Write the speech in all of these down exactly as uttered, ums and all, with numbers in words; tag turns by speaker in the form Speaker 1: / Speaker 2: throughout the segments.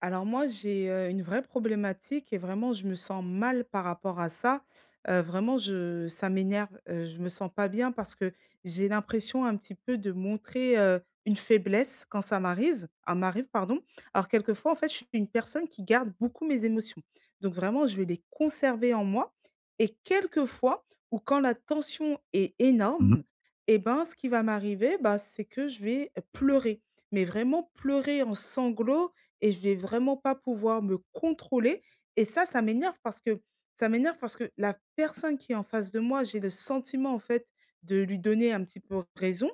Speaker 1: Alors moi, j'ai, heu, une vraie problématique et vraiment je me sens mal par rapport à ça. Heu, vraiment je ça m'énerve, heu, je me sens pas bien parce que j'ai l'impression un petit peu de montrer, heu, une faiblesse quand ça m'arrive ah m'arrive, pardon. Alors quelquefois, en fait, je suis une personne qui garde beaucoup mes émotions. Donc vraiment, je vais les conserver en moi et quelquefois ou quand la tension est
Speaker 2: Mmh
Speaker 1: énorme
Speaker 2: mh.
Speaker 1: et ben, ce qui va m'arriver, bah, c'est que je vais pleurer, mais vraiment pleurer en sanglots, et je vais vraiment pas pouvoir me contrôler et ça, ça m'énerve parce que ça m'énerve parce que la personne qui est en face de moi, j'ai le sentiment, en fait, de lui donner un petit peu raison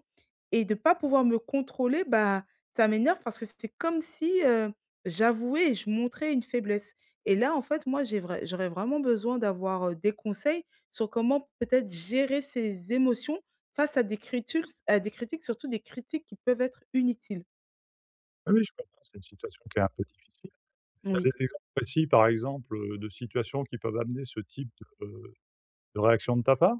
Speaker 1: et de pas pouvoir me contrôler, bah, ça m'énerve parce que c'est comme si, heu, j'avouais et je montrais une faiblesse. Et là, en fait, moi, j'ai vrai j'aurais vraiment besoin d'avoir, heu, des conseils sur comment peut-être gérer ses émotions face à des critules à des critiques, surtout des critiques qui peuvent être inutiles.
Speaker 2: Oui, oui, je comprends, c'est une situation qui est un peu difficile. Tu as
Speaker 1: Oui.
Speaker 2: des exemples précis, par exemple, heu, de situations qui peuvent amener ce type de, heu, de réaction de ta part?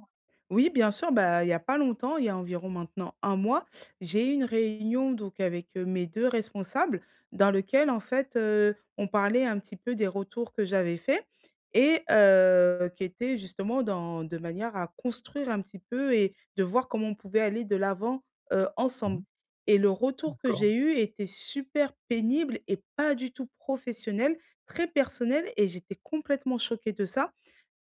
Speaker 1: Oui, bien sûr, bah, il y a pas longtemps, il y a environ maintenant un mois, j'ai eu une réunion donc avec, heu, mes deux responsables dans lequel en fait, heu, on parlait un petit peu des retours que j'avais faits et heu, qui étaient justement dans de manière à construire un petit peu et de voir comment on pouvait aller de l'avant, heu,
Speaker 2: Mmh
Speaker 1: ensemble.
Speaker 2: mh.
Speaker 1: Et le
Speaker 2: Ouais,
Speaker 1: retour que
Speaker 2: d'accord.
Speaker 1: j'ai eu était super pénible et pas du tout professionnel, très personnel et j'étais complètement choquée de ça.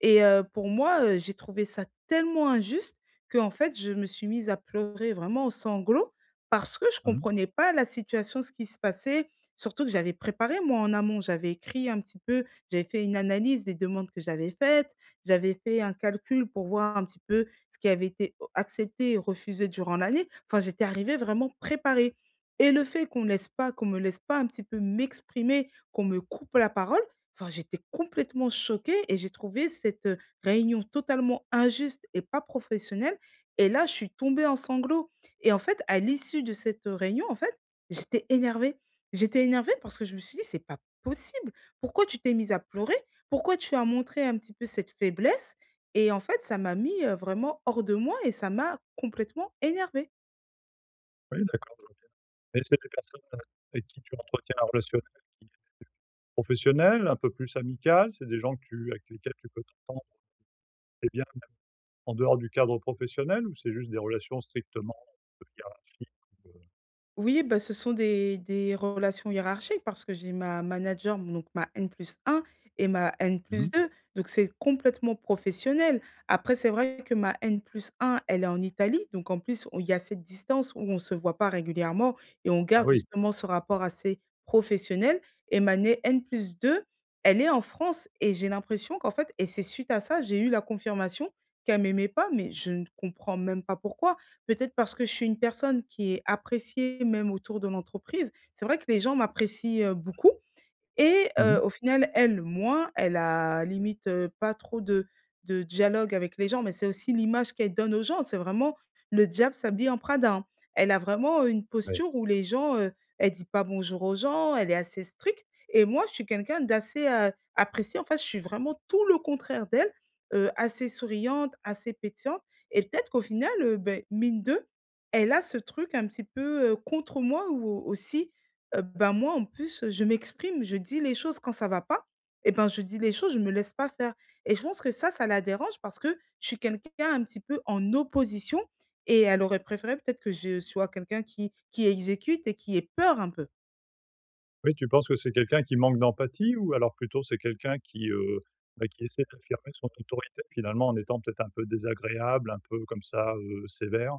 Speaker 1: Et heu, pour moi, heu, j'ai trouvé ça tellement injuste que en fait, je me suis mise à pleurer vraiment aux sanglots parce que je
Speaker 2: Mmh.
Speaker 1: comprenais pas la situation, ce qui se passait. Surtout que j'avais préparé moi en amont, j'avais écrit un petit peu, j'avais fait une analyse des demandes que j'avais faites, j'avais fait un calcul pour voir un petit peu ce qui avait été o accepté et refusé durant l'année. Enfin, j'étais arrivée vraiment préparée et le fait qu'on laisse pas qu'on me laisse pas un petit peu m'exprimer, qu'on me coupe la parole. Enfin, j'étais complètement choquée et j'ai trouvé cette, heu, réunion totalement injuste et pas professionnelle et là, je suis tombée en sanglots. Et en fait, à l'issue de cette, heu, réunion, en fait, j'étais énervée. J'étais énervée parce que je me suis dit: «C'est pas possible. Pourquoi tu t'es mise à pleurer? Pourquoi tu as montré un petit peu cette faiblesse ?» Et en fait, ça m'a mis, heu, vraiment hors de moi et ça m'a complètement énervée.
Speaker 2: Oui, d'accord, je vois bien. Et c'est des personnes, avec qui tu entretiens un relationnel qui est professionnel, un peu plus amical? C'est des gens que tu avec lesquels tu peux t'entendre très bien, même en dehors du cadre professionnel ou c'est juste des relations strictement, hiérarchiques ou, heu?
Speaker 1: Oui, bah, ce sont des des relations hiérarchiques parce que j'ai ma manager, donc ma N plus un et ma
Speaker 2: Mmh.
Speaker 1: N plus deux, donc c'est complètement professionnel. Après, c'est vrai que ma N plus un, elle est en Italie, donc en plus, on il y a cette distance où on ne se voit pas régulièrement et on
Speaker 2: Ah
Speaker 1: garde
Speaker 2: oui.
Speaker 1: justement ce rapport assez professionnel. Et ma né N plus deux, elle est en France et j'ai l'impression qu'en fait et c'est suite à ça, j'ai eu la confirmation qu'elle m'aimait pas, mais je ne comprends même pas pourquoi. Peut-être parce que je suis une personne qui est appréciée même autour de l'entreprise. C'est vrai que les gens m'apprécient, heu, beaucoup et
Speaker 2: Mmh mh.
Speaker 1: heu, au final, elle, moins, elle a limite, heu, pas trop de de dialogue avec les gens, mais c'est aussi l'image qu'elle donne aux gens. C'est vraiment le diable s'habille en Prada, hein. Elle a vraiment une
Speaker 2: Ouais.
Speaker 1: posture où les gens, heu, elle dit pas bonjour aux gens, elle est assez stricte et moi, je suis quelqu'un d'assez, heu, apprécié. En fait, je suis vraiment tout le contraire d'elle, heu, assez souriante, assez pétillante et peut-être qu'au final, heu, beh, mine de, elle a ce truc un petit peu, heu, contre moi ou aussi. Heu, bah, moi, en plus, je m'exprime, je dis les choses quand ça va pas et ben, je dis les choses, je me laisse pas faire et je pense que ça, ça la dérange parce que je suis quelqu'un un petit peu en opposition et elle aurait préféré peut-être que je sois quelqu'un qui qui exécute et qui ait peur un peu.
Speaker 2: Oui, tu penses que c'est quelqu'un qui manque d'empathie ou alors plutôt c'est quelqu'un qui, heu, bah, qui essaie d'affirmer son autorité finalement en étant peut-être un peu désagréable, un peu comme ça, heu, sévère?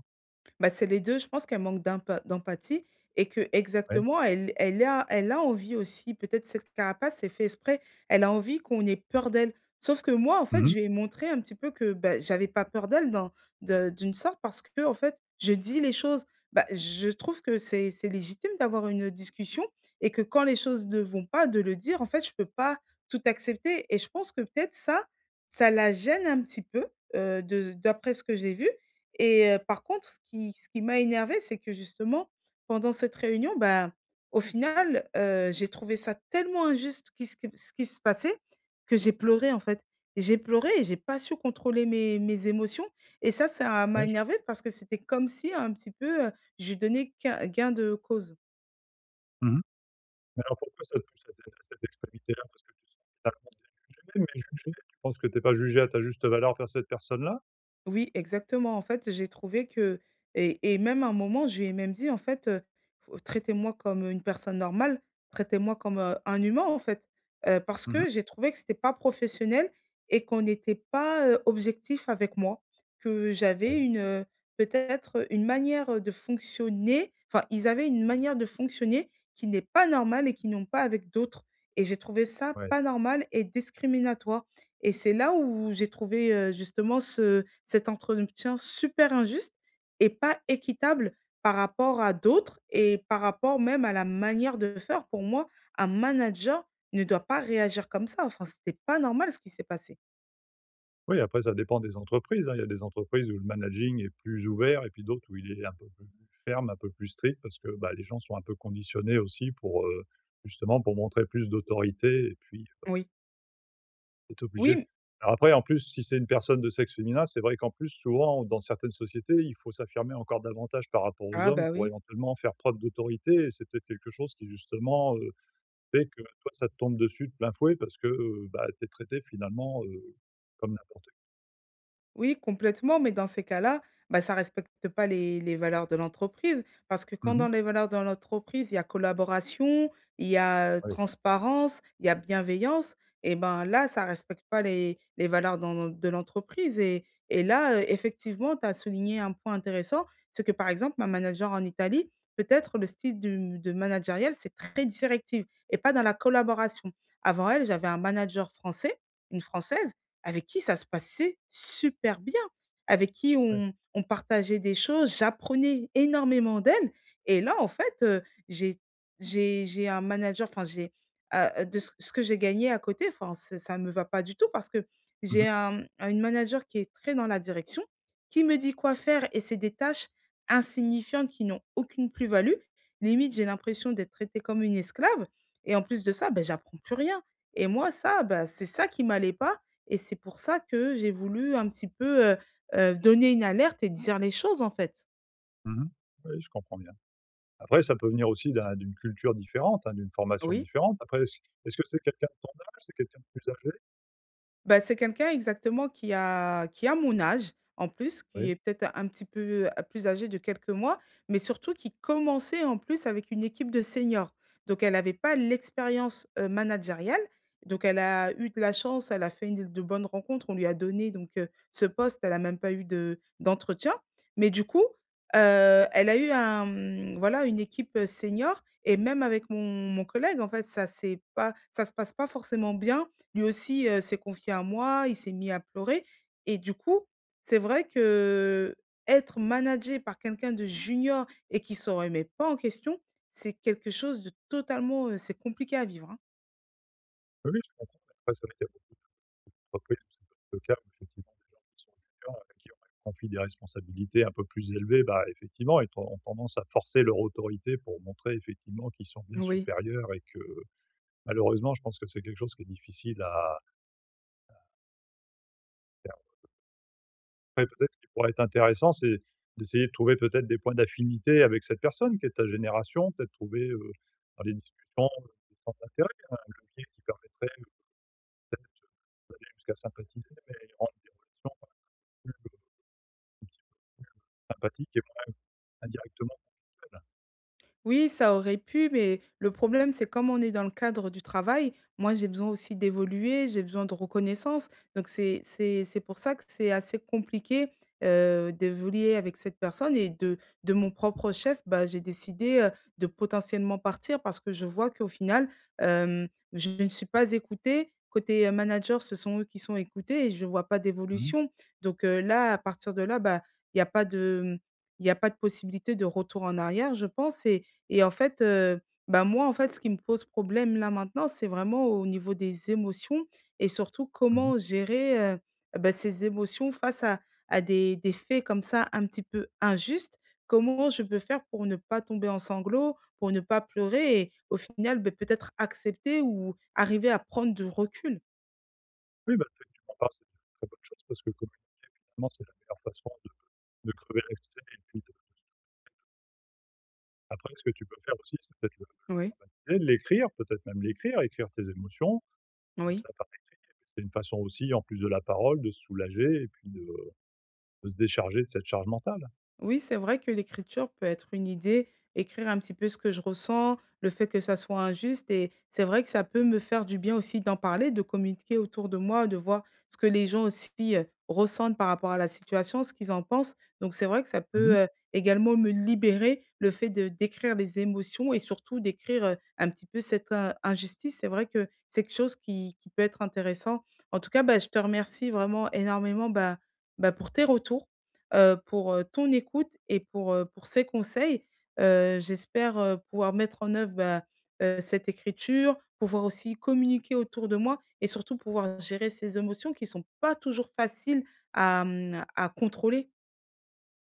Speaker 1: Bah, c'est les deux, je pense qu'elle manque d'empa d'empathie et que
Speaker 2: Ouais.
Speaker 1: exactement elle elle a elle a envie aussi, peut-être cette carapace, c'est fait exprès, elle a envie qu'on ait peur d'elle. Sauf que moi, en fait,
Speaker 2: Mmh mh.
Speaker 1: je lui ai montré un petit peu que, bah, j'avais pas peur d'elle dans de d'une sorte parce que en fait, je dis les choses. Bah, je trouve que c'est c'est légitime d'avoir une discussion et que quand les choses ne vont pas, de le dire. En fait, je peux pas tout accepter et je pense que peut-être ça, ça la gêne un petit peu, heu, de d'après ce que j'ai vu. Et heu, par contre, ce qui ce qui m'a énervé, c'est que justement, pendant cette réunion, ben, au final, heu, j'ai trouvé ça tellement injuste qui ce qui ce qui se passait, que j'ai pleuré, en fait. J'ai pleuré et j'ai pas su contrôler mes mes émotions et ça, ça
Speaker 2: Ouais,
Speaker 1: m'a
Speaker 2: je
Speaker 1: énervé parce que c'était comme si un petit peu, heu, je lui donnais quin gain de cause.
Speaker 2: mmh. Mais alors pourquoi ça te pousse à cette à cette extrémité-là? Parce que tu te sens finalement jugé, mais jugé, tu penses que tu es pas jugé à ta juste valeur par cette personne-là?
Speaker 1: Oui, exactement. En fait, j'ai trouvé que et et même à un moment, je lui ai même dit: «En fait, heu, f traitez-moi comme une personne normale, traitez-moi comme, heu, un humain, en fait». Heu, parce
Speaker 2: Mmh mh.
Speaker 1: que j'ai trouvé que c'était pas professionnel et qu'on n'était pas, heu, objectif avec moi, que j'avais
Speaker 2: Oui,
Speaker 1: une, heu, peut-être, une manière, de fonctionner, enfin, ils avaient une manière de fonctionner qui n'est pas normale et qui n'ont pas avec d'autres et j'ai trouvé ça
Speaker 2: ouais.
Speaker 1: pas normal et discriminatoire. Et c'est là où j'ai trouvé, heu, justement ce cet entretien super injuste et pas équitable par rapport à d'autres et par rapport même à la manière de faire. Pour moi, un manager ne doit pas réagir comme ça. Enfin, c'était pas normal ce qui s'est passé.
Speaker 2: Oui, après ça dépend des entreprises, hein. Il y a des entreprises où le managing est plus ouvert et puis d'autres où il est un peu plus ferme, un peu plus strict parce que, bah, les gens sont un peu conditionnés aussi pour, heu, justement pour montrer plus d'autorité et puis
Speaker 1: Oui.
Speaker 2: tu es obligé de-
Speaker 1: Oui,
Speaker 2: alors après en plus si c'est une personne de sexe féminin, c'est vrai qu'en plus souvent dans certaines sociétés, il faut s'affirmer encore davantage par rapport aux
Speaker 1: ah
Speaker 2: hommes
Speaker 1: bah,
Speaker 2: pour
Speaker 1: oui.
Speaker 2: éventuellement faire preuve d'autorité et c'est peut-être quelque chose qui justement, heu, fait que toi ça te tombe dessus de plein fouet parce que, heu, bah, tu es traité finalement, heu, comme n'importe qui.
Speaker 1: Oui, complètement, mais dans ces cas-là, bah, ça respecte pas les les valeurs de l'entreprise parce que quand
Speaker 2: Mh,
Speaker 1: dans les valeurs de l'entreprise, il y a collaboration, il y a
Speaker 2: oui,
Speaker 1: transparence, il y a bienveillance et ben, là, ça respecte pas les les valeurs dans de l'entreprise. Et et là, heu, effectivement, tu as souligné un point intéressant, c'est que, par exemple, ma manager en Italie, peut-être le style du de managérial, c'est très directif et pas dans la collaboration. Avant elle, j'avais un manager français, une française avec qui ça se passait super bien, avec qui
Speaker 2: oui.
Speaker 1: on on partageait des choses, j'apprenais énormément d'elle. Et là, en fait, heu, j'ai j'ai j'ai un manager, enfin j'ai, heu, de ce ce que j'ai gagné à côté, enfin c'est ça ne me va pas du tout parce que
Speaker 2: Mmh mh.
Speaker 1: j'ai un un- une manager qui est très dans la direction, qui me dit quoi faire et c'est des tâches insignifiantes qui n'ont aucune plus-value. Limite, j'ai l'impression d'être traitée comme une esclave et en plus de ça, ben j'apprends plus rien et moi ça, ben c'est ça qui m'allait pas et c'est pour ça que j'ai voulu un petit peu, heu heu, donner une alerte et dire les choses, en fait.
Speaker 2: Mmh. Oui, je comprends bien. Après, ça peut venir aussi d'un d'une culture différente, hein, d'une formation
Speaker 1: Oui.
Speaker 2: différente. Après, est-ce est-ce que c'est quelqu'un de ton âge? C'est quelqu'un de plus âgé?
Speaker 1: Ben c'est quelqu'un exactement qui a qui a mon âge, en plus,
Speaker 2: Oui.
Speaker 1: qui est peut-être un petit peu, heu, plus âgé de quelques mois, mais surtout qui commençait en plus avec une équipe de seniors. Donc elle n'avait pas l'expérience, heu, managériale. Donc elle a eu de la chance, elle a fait une de bonnes rencontres, on lui a donné donc, heu, ce poste, elle a même pas eu de d'entretien. Mais du coup, heu, elle a eu un, mmh, voilà, une équipe, heu, senior et même avec mon mon collègue, en fait, ça s'est pas ça se passe pas forcément bien, lui aussi, heu, s'est confié à moi, il s'est mis à pleurer et du coup, c'est vrai que être managé par quelqu'un de junior et qui ne se remet pas en question, c'est quelque chose de totalement, heu, c'est compliqué à vivre, hein.
Speaker 2: Oui, oui, je comprends. Après, c'est vrai qu'il y a beaucoup d'entreprises où ça le cas, où effectivement des gens qui sont juniors, à qui on confie des responsabilités un peu plus élevées, bah, effectivement, ils ont tendance à forcer leur autorité pour montrer effectivement qu'ils sont bien
Speaker 1: Oui.
Speaker 2: supérieurs et que malheureusement, je pense que c'est quelque chose qui est difficile à. Après, peut-être ce qui pourrait être intéressant, c'est d'essayer de trouver peut-être des points d'affinité avec cette personne qui est de ta génération, peut-être trouver, heu, dans les discussions, heu, des centres d'intérêt, un levier qui permettrait, heu, d'aller jusqu'à sympathiser, mais rendre des relations un petit peu sympathiques et moins indirectement faibles.
Speaker 1: Oui, ça aurait pu, mais le problème, c'est comme on est dans le cadre du travail, moi, j'ai besoin aussi d'évoluer, j'ai besoin de reconnaissance. Donc, c'est c'est c'est pour ça que c'est assez compliqué, heu, d'évoluer avec cette personne et de de mon propre chef, bah, j'ai décidé, heu, de potentiellement partir parce que je vois qu'au final, hem, je ne suis pas écoutée. Côté, heu, manager, ce sont eux qui sont écoutés et je ne vois pas
Speaker 2: Mmh mh.
Speaker 1: d'évolution. Donc, heu, là, à partir de là, bah, il y a pas de, mmh, il y a pas de possibilité de retour en arrière, je pense. Et et en fait, heu, bah, moi, en fait, ce qui me pose problème là maintenant, c'est vraiment au niveau des émotions et surtout
Speaker 2: Mmh.
Speaker 1: comment gérer, heu, bah, ces émotions face à à des des faits comme ça un petit peu injustes. Comment je peux faire pour ne pas tomber en sanglots, pour ne pas pleurer et au final, beh, peut-être accepter ou arriver à prendre du recul?
Speaker 2: Oui, bah, le fait que tu m'en parles, c'est une très bonne chose parce que communément, c'est la meilleure façon de de crever l'abcès et puis de après ce que tu peux faire aussi, c'est peut-être
Speaker 1: Oui,
Speaker 2: le l'écrire, peut-être même l'écrire, écrire tes émotions, mettre
Speaker 1: oui.
Speaker 2: ça. C'est une façon aussi, en plus de la parole, de se soulager et puis de de se décharger de cette charge mentale.
Speaker 1: Oui, c'est vrai que l'écriture peut être une idée, écrire un petit peu ce que je ressens, le fait que ça soit injuste et c'est vrai que ça peut me faire du bien aussi d'en parler, de communiquer autour de moi, de voir ce que les gens aussi, heu, ressentent par rapport à la situation, ce qu'ils en pensent. Donc c'est vrai que ça
Speaker 2: Mmh.
Speaker 1: peut, heu, également me libérer, le fait de décrire les émotions et surtout d'écrire, heu, un petit peu cette, heu, injustice. C'est vrai que c'est quelque chose qui qui peut être intéressant. En tout cas, bah, je te remercie vraiment énormément, bah bah, pour tes retours, heu, pour, heu, ton écoute et pour, heu, pour ces conseils. Heu, j'espère, heu, pouvoir mettre en œuvre, bah, heu, cette écriture, pouvoir aussi communiquer autour de moi et surtout pouvoir gérer ces émotions qui ne sont pas toujours faciles à, mmh, à contrôler.